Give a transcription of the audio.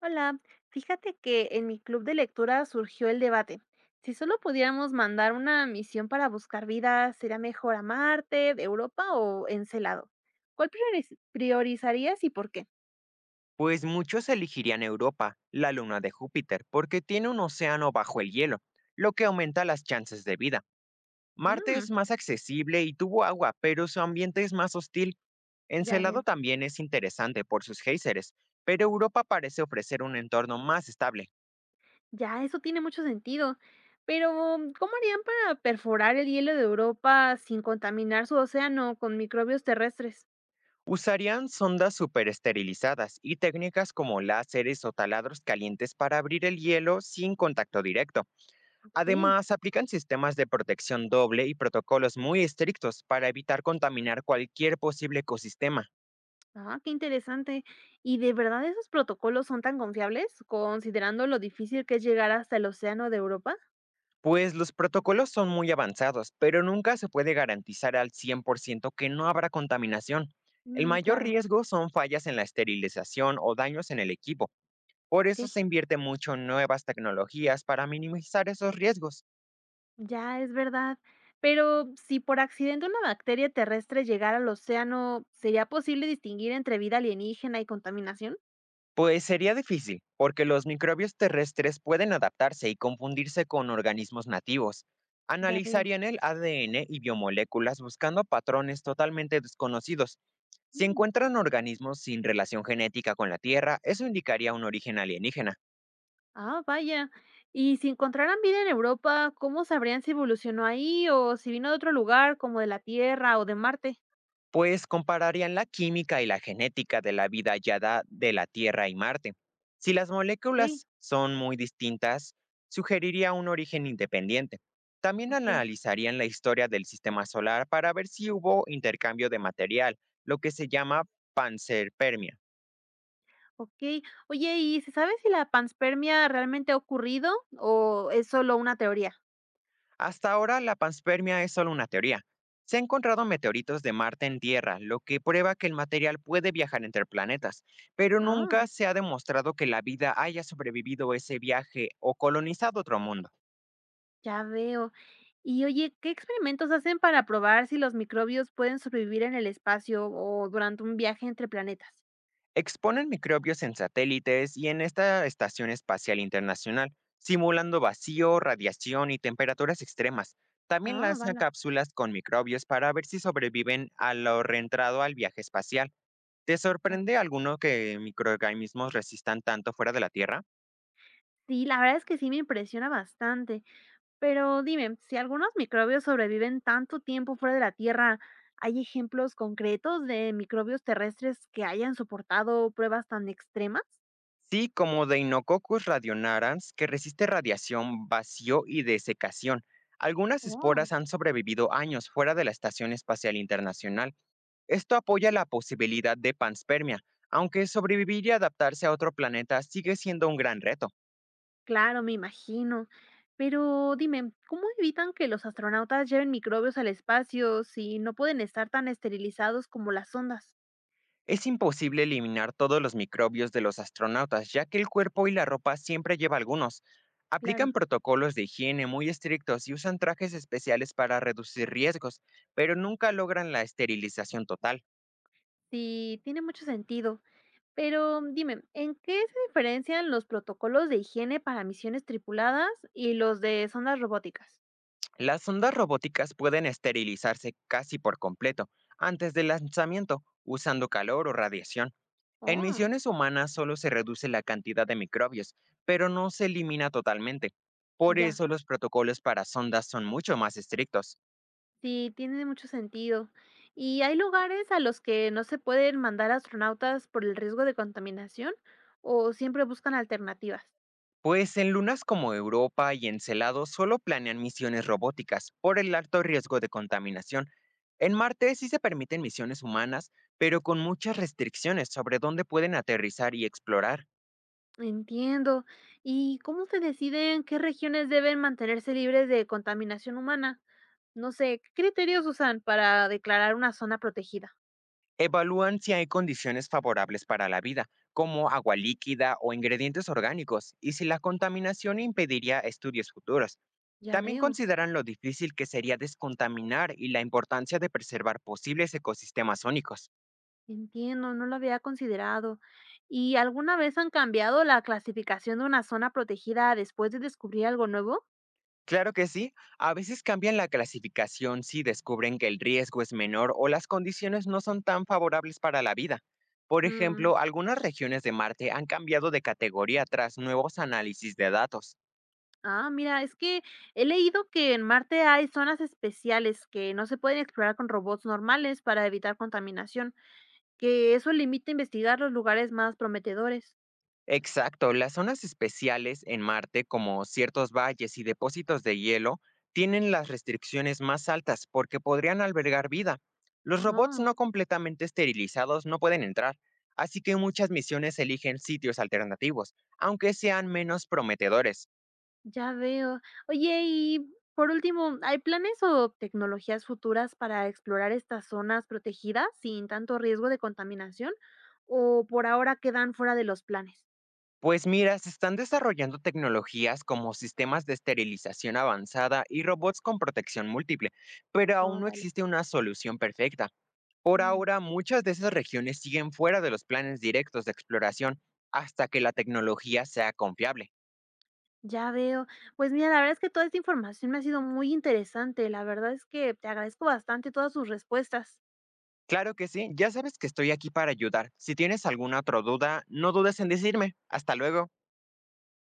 Hola, fíjate que en mi club de lectura surgió el debate. Si solo pudiéramos mandar una misión para buscar vida, ¿sería mejor a Marte, de Europa o Encelado? ¿Cuál priorizarías y por qué? Pues muchos elegirían Europa, la luna de Júpiter, porque tiene un océano bajo el hielo, lo que aumenta las chances de vida. Marte Mm, es más accesible y tuvo agua, pero su ambiente es más hostil. ya Encelado veo. también es interesante por sus géiseres, pero Europa parece ofrecer un entorno más estable. Ya, eso tiene mucho sentido. Pero, ¿cómo harían para perforar el hielo de Europa sin contaminar su océano con microbios terrestres? Usarían sondas superesterilizadas y técnicas como láseres o taladros calientes para abrir el hielo sin contacto directo. Ok. Además, aplican sistemas de protección doble y protocolos muy estrictos para evitar contaminar cualquier posible ecosistema. Ah, qué interesante. ¿Y de verdad esos protocolos son tan confiables, considerando lo difícil que es llegar hasta el océano de Europa? Pues los protocolos son muy avanzados, pero nunca se puede garantizar al 100% que no habrá contaminación. El Mm, mayor claro. riesgo son fallas en la esterilización o daños en el equipo. Por eso se Ok, invierte mucho en nuevas tecnologías para minimizar esos riesgos. ya es verdad. Pero si por accidente una bacteria terrestre llegara al océano, ¿sería posible distinguir entre vida alienígena y contaminación? Pues sería difícil, porque los microbios terrestres pueden adaptarse y confundirse con organismos nativos. Ya veo. Analizarían el ADN y biomoléculas buscando patrones totalmente desconocidos. Si Mm, encuentran organismos sin relación genética con la Tierra, eso indicaría un origen alienígena. Ah, vaya. ¿Y si encontraran vida en Europa, cómo sabrían si evolucionó ahí o si vino de otro lugar, como de la Tierra o de Marte? Pues compararían la química y la genética de la vida hallada de la Tierra y Marte. Si las Ok, moléculas son muy distintas, sugeriría un origen independiente. También ok. analizarían la historia del sistema solar para ver si hubo intercambio de material, lo que se llama panzerpermia. Okey. Oye, ¿y se sabe si la panspermia realmente ha ocurrido o es solo una teoría? Hasta ahora, la panspermia es solo una teoría. Se han encontrado meteoritos de Marte en Tierra, lo que prueba que el material puede viajar entre planetas, pero nunca Ah, se ha demostrado que la vida haya sobrevivido ese viaje o colonizado otro mundo. ya veo. Y oye, ¿qué experimentos hacen para probar si los microbios pueden sobrevivir en el espacio o durante un viaje entre planetas? Exponen microbios en satélites y en esta Estación Espacial Internacional, simulando vacío, radiación y temperaturas extremas. También Ah, lanzan vale, cápsulas con microbios para ver si sobreviven a lo reentrado al viaje espacial. ¿Te ya. sorprende alguno que microorganismos resistan tanto fuera de la Tierra? Sí, la verdad es que sí me impresiona bastante. Pero dime, si algunos microbios sobreviven tanto tiempo fuera de la Tierra, ¿hay ejemplos concretos de microbios terrestres que hayan soportado pruebas tan extremas? Sí, como Deinococcus radionarans, que resiste radiación, vacío y desecación. Algunas Oh. esporas han sobrevivido años fuera de la Estación Espacial Internacional. Esto apoya la posibilidad de panspermia, aunque sobrevivir y adaptarse a otro planeta sigue siendo un gran reto. Claro, me imagino. Pero dime, ¿cómo evitan que los astronautas lleven microbios al espacio si no pueden estar tan esterilizados como las sondas? Es imposible eliminar todos los microbios de los astronautas, ya que el cuerpo y la ropa siempre lleva algunos. Aplican Claro, protocolos de higiene muy estrictos y usan trajes especiales para reducir riesgos, pero nunca logran la esterilización total. sí, tiene mucho sentido. Pero dime, ¿en qué se diferencian los protocolos de higiene para misiones tripuladas y los de sondas robóticas? Las sondas robóticas pueden esterilizarse casi por completo antes del lanzamiento, usando calor o radiación. En Oh, misiones humanas solo se reduce la cantidad de microbios, pero no se elimina totalmente. Por ya, eso los protocolos para sondas son mucho más estrictos. sí, tiene mucho sentido. ¿Y hay lugares a los que no se pueden mandar astronautas por el riesgo de contaminación o siempre buscan alternativas? Pues en lunas como Europa y Encelado solo planean misiones robóticas por el alto riesgo de contaminación. En Marte sí se permiten misiones humanas, pero con muchas restricciones sobre dónde pueden aterrizar y explorar. Entiendo. ¿Y cómo se deciden qué regiones deben mantenerse libres de contaminación humana? No sé, ¿qué criterios usan para declarar una zona protegida? Evalúan si hay condiciones favorables para la vida, como agua líquida o ingredientes orgánicos, y si la contaminación impediría estudios futuros. Ya También veo, consideran lo difícil que sería descontaminar y la importancia de preservar posibles ecosistemas sónicos. entiendo, no lo había considerado. ¿Y alguna vez han cambiado la clasificación de una zona protegida después de descubrir algo nuevo? Claro que sí, a veces cambian la clasificación si descubren que el riesgo es menor o las condiciones no son tan favorables para la vida. Por Mm, ejemplo, algunas regiones de Marte han cambiado de categoría tras nuevos análisis de datos. Ah, mira, es que he leído que en Marte hay zonas especiales que no se pueden explorar con robots normales para evitar contaminación, que eso limita investigar los lugares más prometedores. Exacto, las zonas especiales en Marte, como ciertos valles y depósitos de hielo, tienen las restricciones más altas porque podrían albergar vida. Los robots Oh, no completamente esterilizados no pueden entrar, así que muchas misiones eligen sitios alternativos, aunque sean menos prometedores. ya veo. Oye, y por último, ¿hay planes o tecnologías futuras para explorar estas zonas protegidas sin tanto riesgo de contaminación? ¿O por ahora quedan fuera de los planes? Pues mira, se están desarrollando tecnologías como sistemas de esterilización avanzada y robots con protección múltiple, pero aún Oh, no vale. existe una solución perfecta. Por Mm, ahora, muchas de esas regiones siguen fuera de los planes directos de exploración hasta que la tecnología sea confiable. ya veo. Pues mira, la verdad es que toda esta información me ha sido muy interesante. La verdad es que te agradezco bastante todas sus respuestas. Claro que sí, ya sabes que estoy aquí para ayudar. Si tienes alguna otra duda, no dudes en decirme. Hasta luego.